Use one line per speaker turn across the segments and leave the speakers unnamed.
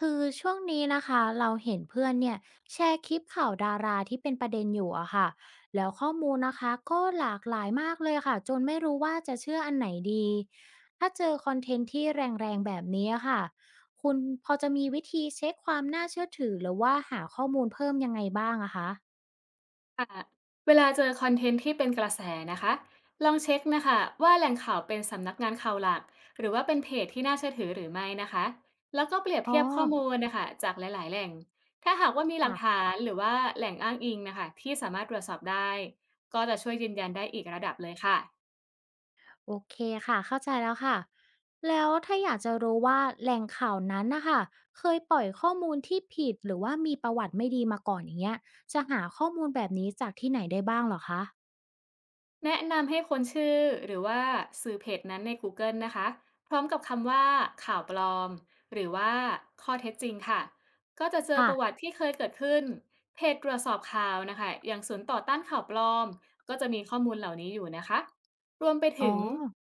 คือช่วงนี้นะคะเราเห็นเพื่อนเนี่ยแชร์คลิปข่าวดาราที่เป็นประเด็นอยู่อะค่ะแล้วข้อมูลนะคะก็หลากหลายมากเลยค่ะจนไม่รู้ว่าจะเชื่ออันไหนดีถ้าเจอคอนเทนต์ที่แรงๆแบบนี้อะค่ะคุณพอจะมีวิธีเช็คความน่าเชื่อถือหรือว่าหาข้อมูลเพิ่มยังไงบ้างอะคะ
ค่ะเวลาเจอคอนเทนต์ที่เป็นกระแสนะคะลองเช็คนะคะว่าแหล่งข่าวเป็นสำนักงานข่าวหลักหรือว่าเป็นเพจที่น่าเชื่อถือหรือไม่นะคะแล้วก็เปรียบ
อ๋อ
เทียบข้อมูลนะคะจากหลายๆแหล่ง ถ้าหากว่ามีหลัก
ค่ะ
ฐานหรือว่าแหล่งอ้างอิงนะคะที่สามารถตรวจสอบได้ ก็จะช่วยยืนยันได้อีกระดับเลยค่ะ
โอเคค่ะเข้าใจแล้วค่ะแล้วถ้าอยากจะรู้ว่าแหล่งข่าวนั้นนะคะเคยปล่อยข้อมูลที่ผิดหรือว่ามีประวัติไม่ดีมาก่อนอย่างเงี้ยจะหาข้อมูลแบบนี้จากที่ไหนได้บ้างเหรอคะ
แนะนำให้คนชื่อหรือว่าสื่อเพจนั้นใน Google นะคะพร้อมกับคำว่าข่าวปลอมหรือว่าข้อเท็จจริงค่ะก็จะเจอ
ค่ะ
ประวัติที่เคยเกิดขึ้นเพจตรวจสอบข่าวนะคะอย่างศูนย์ต่อต้านข่าวปลอมก็จะมีข้อมูลเหล่านี้อยู่นะคะรวมไป
อ๋อ
ถึง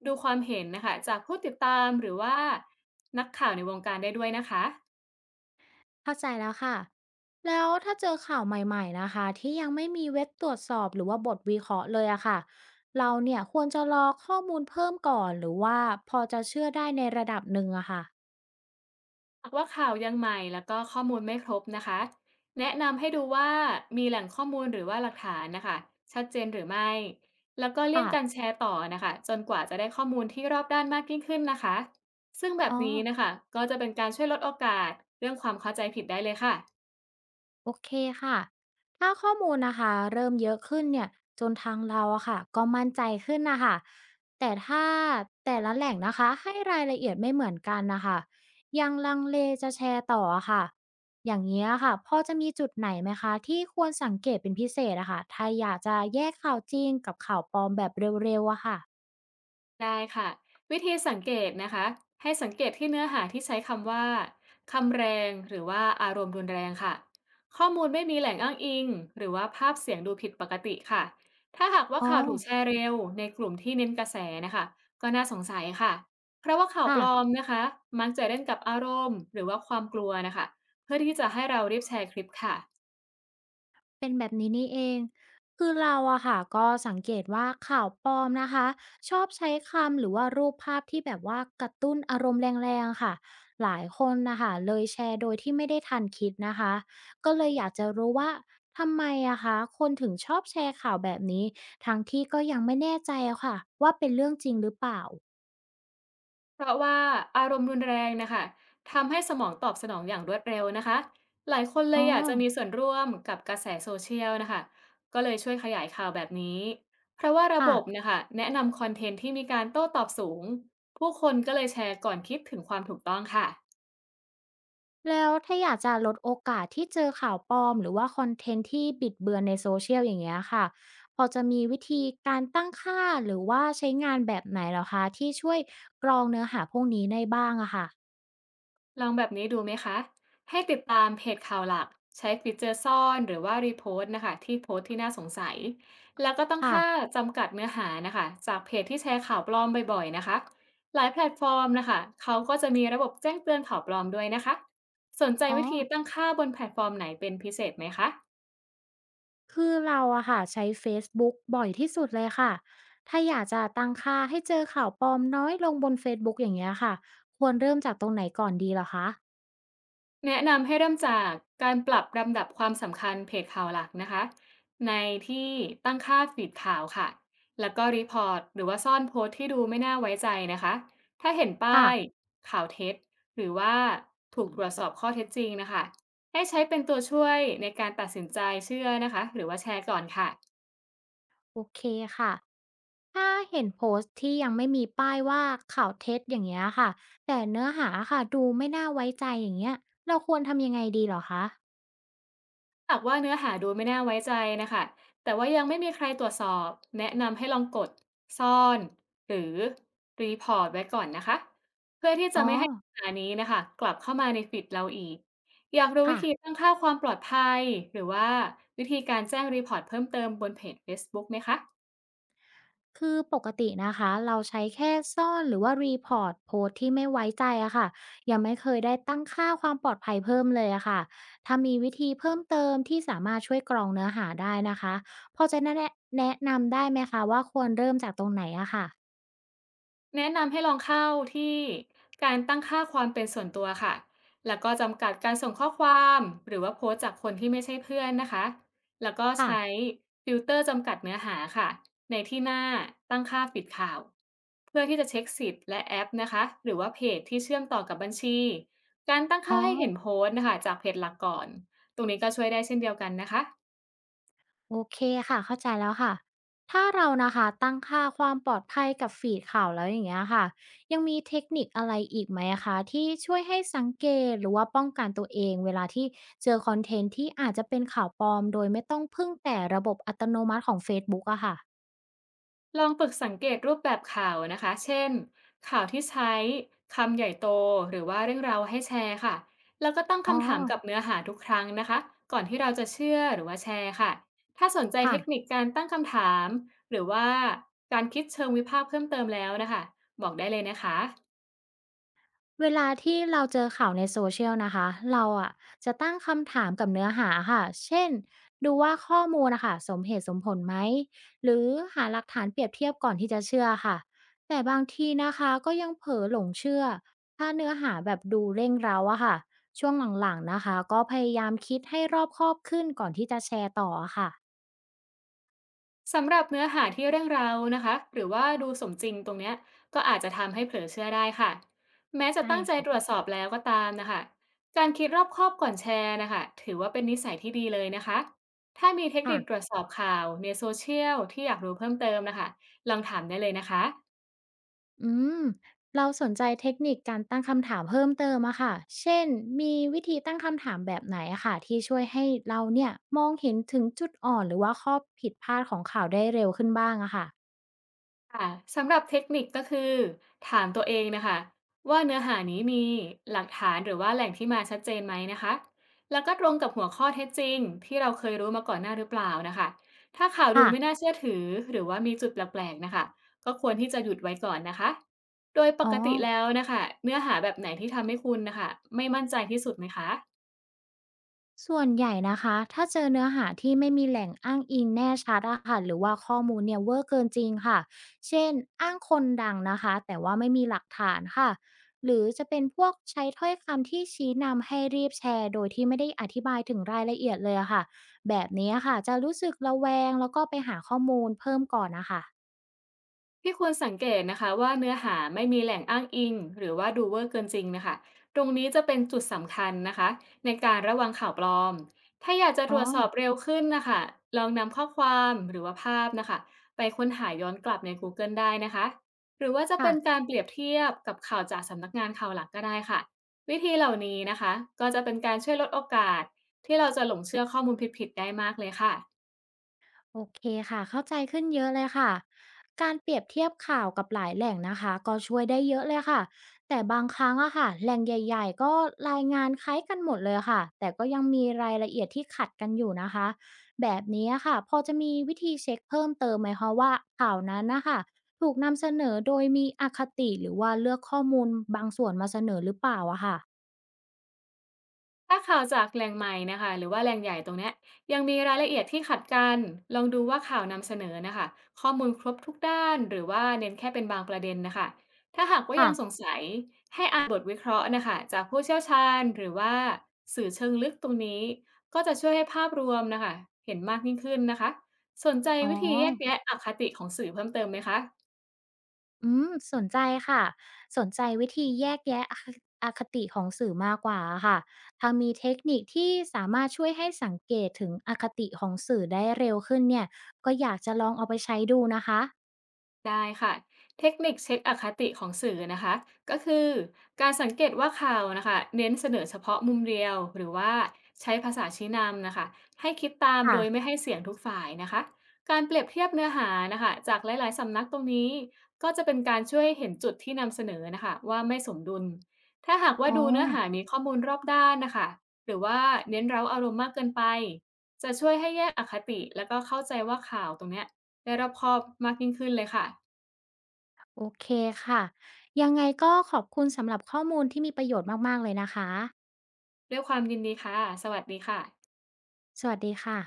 ดูความเห็นนะคะจากผู้ติดตามหรือว่านักข่าวในวงการได้ด้วยนะคะ
เข้าใจแล้วค่ะแล้วถ้าเจอข่าวใหม่ๆนะคะที่ยังไม่มีเว็บตรวจสอบหรือว่าบทวิเคราะห์เลยอะค่ะเราเนี่ยควรจะรอข้อมูลเพิ่มก่อนหรือว่าพอจะเชื่อได้ในระดับหนึ่งอะค่ะ
หากว่าข่าวยังใหม่แล้วก็ข้อมูลไม่ครบนะคะแนะนำให้ดูว่ามีแหล่งข้อมูลหรือว่าหลักฐานนะคะชัดเจนหรือไม่แล้วก็เลี่ยง
ค่ะ
การแชร์ต่อนะคะจนกว่าจะได้ข้อมูลที่รอบด้านมากยิ่งขึ้นนะคะซึ่งแบบ
อ๋อ
นี้นะคะก็จะเป็นการช่วยลดโอกาสเรื่องความเข้าใจผิดได้เลยค่ะ
โอเคค่ะ ถ้าข้อมูลนะคะเริ่มเยอะขึ้นเนี่ยจนทางเราอะค่ะก็มั่นใจขึ้นนะคะแต่ถ้าแต่ละแหล่งนะคะให้รายละเอียดไม่เหมือนกันนะคะยังลังเลจะแชร์ต่ออะค่ะอย่างนี้ยค่ะพอจะมีจุดไหนไหมคะที่ควรสังเกตเป็นพิเศษอะค่ะถ้าอยากจะแยกข่าวจริงกับข่าวปลอมแบบเร็วๆอะค่ะ
ได้ค่ะวิธีสังเกตนะคะให้สังเกตที่เนื้อหาที่ใช้คำว่าคำแรงหรือว่าอารมณ์รุนแรงค่ะข้อมูลไม่มีแหล่งอ้างอิงหรือว่าภาพเสียงดูผิดปกติค่ะถ้าหากว่า
อ๋อ
ข่าวถูกแชร์เร็วในกลุ่มที่เน้นกระแสนะคะก็น่าสงสัยค่ะเพราะว่าข่าวป
ค่ะ
ลอมนะคะมักจะเล่นกับอารมณ์หรือว่าความกลัวนะคะเพื่อที่จะให้เรารีบแชร์คลิปค่ะ
เป็นแบบนี้นี่เองคือเราอะค่ะก็สังเกตว่าข่าวปลอมนะคะชอบใช้คำหรือว่ารูปภาพที่แบบว่ากระตุ้นอารมณ์แรงๆค่ะหลายคนนะคะเลยแชร์โดยที่ไม่ได้ทันคิดนะคะก็เลยอยากจะรู้ว่าทำไมอะคะคนถึงชอบแชร์ข่าวแบบนี้ทั้งที่ก็ยังไม่แน่ใจอะค่ะว่าเป็นเรื่องจริงหรือเปล่า
เพราะว่าอารมณ์รุนแรงนะคะทำให้สมองตอบสนองอย่างรวดเร็วนะคะหลายคนเล
อ๋อ
ยอยากจะมีส่วนร่วมกับกระแสโซเชียลนะคะก็เลยช่วยขยายข่าวแบบนี้เพราะว่าระ
ค่ะ
บบนะคะแนะนำคอนเทนต์ที่มีการโต้ตอบสูงผู้คนก็เลยแชร์ก่อนคิดถึงความถูกต้องค่ะ
แล้วถ้าอยากจะลดโอกาสที่เจอข่าวปลอมหรือว่าคอนเทนต์ที่บิดเบือนในโซเชียลอย่างเงี้ยค่ะพอจะมีวิธีการตั้งค่าหรือว่าใช้งานแบบไหนเหรอคะที่ช่วยกรองเนื้อหาพวกนี้ได้บ้างอะค่ะ
ลองแบบนี้ดูไหมคะ ให้ติดตามเพจข่าวหลัก ใช้ฟีเจอร์ซ่อนหรือว่ารีโพสต์นะคะที่โพสต์ที่น่าสงสัย แล้วก็ตั้องค่า
ค่ะ
จำกัดเนื้อหานะคะจากเพจที่แชร์ข่าวปลอมบ่อยๆนะคะ หลายแพลตฟอร์มนะคะเขาก็จะมีระบบแจ้งเตือนข่าวปลอมด้วยนะคะ สนใจ
อ๋อ
วิธีตั้งค่าบนแพลตฟอร์มไหนเป็นพิเศษไหมคะ
คือเราอะค่ะใช้เฟซบุ๊กบ่อยที่สุดเลยค่ะถ้าอยากจะตั้งค่าให้เจอข่าวปลอมน้อยลงบนเฟซบุ๊กอย่างเงี้ยค่ะควรเริ่มจากตรงไหนก่อนดีเหรอคะ
แนะนำให้เริ่มจากการปรับลำดับความสำคัญเพจข่าวหลักนะคะในที่ตั้งค่าฟีดข่าวค่ะแล้วก็รีพอร์ตหรือว่าซ่อนโพสต์ที่ดูไม่น่าไว้ใจนะคะถ้าเห็นป้า
ค่ะ
ยข่าวเท็จหรือว่าถูกตรวจสอบข้อเท็จจริงนะคะให้ใช้เป็นตัวช่วยในการตัดสินใจเชื่อนะคะหรือว่าแชร์ก่อนค่ะ
โอเคค่ะ ถ้าเห็นโพสต์ที่ยังไม่มีป้ายว่าข่าวเท็จอย่างเงี้ยค่ะแต่เนื้อหาค่ะดูไม่น่าไว้ใจอย่างเงี้ยเราควรทำยังไงดีเหรอคะ
หากว่าเนื้อหาดูไม่น่าไว้ใจนะคะแต่ว่ายังไม่มีใครตรวจสอบแนะนำให้ลองกดซ่อนหรือรีพอร์ตไว้ก่อนนะคะเพื่อที่จะ
อ๋อ
ไม่ให้ปัญหานี้นะคะกลับเข้ามาในฟีดเราอีกอยากรู้วิ
ค่ะ
ธีตั้งค่าความปลอดภัยหรือว่าวิธีการแจ้งรีพอร์ตเพิ่มเติมบนเพจ Facebook ไหมคะ
คือปกตินะคะเราใช้แค่ซ่อนหรือว่ารีพอร์ตโพสต์ที่ไม่ไว้ใจอะค่ะยังไม่เคยได้ตั้งค่าความปลอดภัยเพิ่มเลยอะค่ะถ้ามีวิธีเพิ่มเติมที่สามารถช่วยกรองเนื้อหาได้นะคะพอจะแนะนำได้ไหมคะว่าควรเริ่มจากตรงไหนอะค่ะ
แนะนำให้ลองเข้าที่การตั้งค่าความเป็นส่วนตัวค่ะแล้วก็จำกัดการส่งข้อความหรือว่าโพสต์จากคนที่ไม่ใช่เพื่อนนะคะแล้วก็
ค่ะ
ใช้ฟิลเตอร์จำกัดเนื้อหาค่ะในที่หน้าตั้งค่าปิดข่าวเพื่อที่จะเช็คสิทธิ์และแอปนะคะหรือว่าเพจที่เชื่อมต่อกับบัญชีการตั้ง
อ๋
ค่า
อ
ให้เห็นโพสต์นะคะจากเพจหลักก่อนตรงนี้ก็ช่วยได้เช่นเดียวกันนะคะ
โอเคค่ะเข้าใจแล้วค่ะถ้าเรานะคะตั้งค่าความปลอดภัยกับฟีดข่าวแล้วอย่างเงี้ยค่ะยังมีเทคนิคอะไรอีกไหมะคะที่ช่วยให้สังเกตหรือว่าป้องกันตัวเองเวลาที่เจอคอนเทนต์ที่อาจจะเป็นข่าวปลอมโดยไม่ต้องพึ่งแต่ระบบอัตโนมัติของเฟซบุ๊กอะค่ะ
ลองฝึกสังเกตรูปแบบข่าวนะคะ เช่นข่าวที่ใช้คำใหญ่โตหรือว่าเรื่องราวให้แชร์ค่ะ แล้วก็ตั้ง
อ๋อ
คำถามกับเนื้อหาทุกครั้งนะคะ ก่อนที่เราจะเชื่อหรือว่าแชร์ค่ะ ถ้าสนใจเท
ค่ะ
คนิคการตั้งคำถามหรือว่าการคิดเชิงวิพากษ์เพิ่มเติมแล้วนะคะบอกได้เลยนะคะ
เวลาที่เราเจอข่าวในโ s เช i ย l นะคะเราอะจะตั้งคำถามกับเนื้อหาค่ะเช่นดูว่าข้อมูลนะคะสมเหตุสมผลไหมหรือหาหลักฐานเปรียบเทียบก่อนที่จะเชื่อค่ะแต่บางทีนะคะก็ยังเผลอหลงเชื่อถ้าเนื้อหาแบบดูเร่งเร้าอะค่ะช่วงหลังๆนะคะก็พยายามคิดให้รอบคอบขึ้นก่อนที่จะแชร์ต่ออะค่ะ
สำหรับเนื้อหาที่เร่องเรานะคะหรือว่าดูสมจริงตรงเนี้ยก็อาจจะทำให้เผลอเชื่อได้ค่ะแม้จะ
ใช่
ตั้งใจตร
ค่ะ
วจสอบแล้วก็ตามนะคะการคิดรอบคอบก่อนแชร์นะคะถือว่าเป็นนิสัยที่ดีเลยนะคะถ้ามีเทคนิคตร
ค่ะ
วจสอบข่าวในโซเชียลที่อยากรู้เพิ่มเติมนะคะลองถามได้เลยนะคะ
อืมเราสนใจเทคนิคการตั้งคำถามเพิ่มเติมอะค่ะเช่นมีวิธีตั้งคำถามแบบไหนอะค่ะที่ช่วยให้เราเนี่ยมองเห็นถึงจุดอ่อนหรือว่าข้อผิดพลาดของข่าวได้เร็วขึ้นบ้างอะค่ะ
ค่ะสำหรับเทคนิคก็คือถามตัวเองนะคะว่าเนื้อหานี้มีหลักฐานหรือว่าแหล่งที่มาชัดเจนไหมนะคะแล้วก็ตรงกับหัวข้อเท็จจริงที่เราเคยรู้มาก่อนหน้าหรือเปล่านะคะถ้าข่าวดู
ค่ะ
ไม่น่าเชื่อถือหรือว่ามีจุดแปลกๆนะคะก็ควรที่จะหยุดไว้ก่อนนะคะโดยป
อ๋อ
กติแล้วนะคะเนื้อหาแบบไหนที่ทำให้คุณนะคะไม่มั่นใจที่สุดไหมคะ
ส่วนใหญ่นะคะถ้าเจอเนื้อหาที่ไม่มีแหล่งอ้างอิงแน่ชัดอะค่ะหรือว่าข้อมูลเนี่ยเวอร์เกินจริงค่ะเช่นอ้างคนดังนะคะแต่ว่าไม่มีหลักฐานค่ะหรือจะเป็นพวกใช้ถ้อยคำที่ชี้นำให้รีบแชร์โดยที่ไม่ได้อธิบายถึงรายละเอียดเลยอะค่ะแบบนี้อะค่ะจะรู้สึกระแวงแล้วก็ไปหาข้อมูลเพิ่มก่อนนะคะ
ที่ควรสังเกตนะคะว่าเนื้อหาไม่มีแหล่งอ้างอิงหรือว่าดูเวอร์เกินจริงนะคะตรงนี้จะเป็นจุดสำคัญนะคะในการระวังข่าวปลอมถ้าอยากจะต
อ๋อ
รวจสอบเร็วขึ้นนะคะลองนำข้อความหรือว่าภาพนะคะไปค้นหาย้อนกลับใน Google ได้นะคะหรือว่าจะ
ค่ะ
เป็นการเปรียบเทียบกับข่าวจากสำนักงานข่าวหลักก็ได้ค่ะวิธีเหล่านี้นะคะก็จะเป็นการช่วยลดโอกาสที่เราจะหลงเชื่อข้อมูลผิดๆได้มากเลยค่ะ
โอเคค่ะเข้าใจขึ้นเยอะเลยค่ะการเปรียบเทียบข่าวกับหลายแหล่งนะคะก็ช่วยได้เยอะเลยค่ะแต่บางครั้งอะค่ะแหล่งใหญ่ๆก็รายงานคล้ายกันหมดเลยค่ะแต่ก็ยังมีรายละเอียดที่ขัดกันอยู่นะคะแบบนี้อะค่ะพอจะมีวิธีเช็คเพิ่มเติมไหมคะว่าข่าวนั้นนะคะถูกนำเสนอโดยมีอคติหรือว่าเลือกข้อมูลบางส่วนมาเสนอหรือเปล่าอะค่ะ
ถ้าข่าวจากแหล่งใหม่นะคะหรือว่าแหล่งใหญ่ตรงเนี้ยยังมีรายละเอียดที่ขัดกันลองดูว่าข่าวนำเสนอนะคะข้อมูลครบทุกด้านหรือว่าเน้นแค่เป็นบางประเด็นนะคะถ้าหากว่า
ค่ะ
ยังสงสัยให้อ่านบทวิเคราะห์นะคะจากผู้เชี่ยวชาญหรือว่าสื่อเชิงลึกตรงนี้ก็จะช่วยให้ภาพรวมนะคะเห็นมากยิ่งขึ้นนะคะสนใจ
อ๋อ
วิธีแยกแยะอคติของสื่อเพิ่มเติมไหมคะ
อืมสนใจค่ะสนใจวิธีแยกแยะอคติของสื่อมากกว่าค่ะถ้ามีเทคนิคที่สามารถช่วยให้สังเกตถึงอคติของสื่อได้เร็วขึ้นเนี่ยก็อยากจะลองเอาไปใช้ดูนะคะ
ได้ค่ะเทคนิคเช็คอคติของสื่อนะคะก็คือการสังเกตว่าข่าวนะคะเน้นเสนอเฉพาะมุมเดียวหรือว่าใช้ภาษาชี้นำนะคะให้คิดตาม
ค่ะ
โดยไม่ให้เสียงทุกฝ่ายนะคะการเปรียบเทียบเนื้อหานะคะจากหลายๆสำนักตรงนี้ก็จะเป็นการช่วยเห็นจุดที่นำเสนอนะคะว่าไม่สมดุลถ้าหากว่า
อ๋อ
ดูเนื้อหามีข้อมูลรอบด้านนะคะหรือว่าเน้นเร้าอารมณ์มากเกินไปจะช่วยให้แยกอคติแล้วก็เข้าใจว่าข่าวตรงเนี้ยได้รอบคอบมากยิ่งขึ้นเลยค่ะ
โอเคค่ะยังไงก็ขอบคุณสำหรับข้อมูลที่มีประโยชน์มากๆเลยนะคะ
ด้วยความยินดีค่ะ สวัสดีค่ะ
สวัสดีค่ะ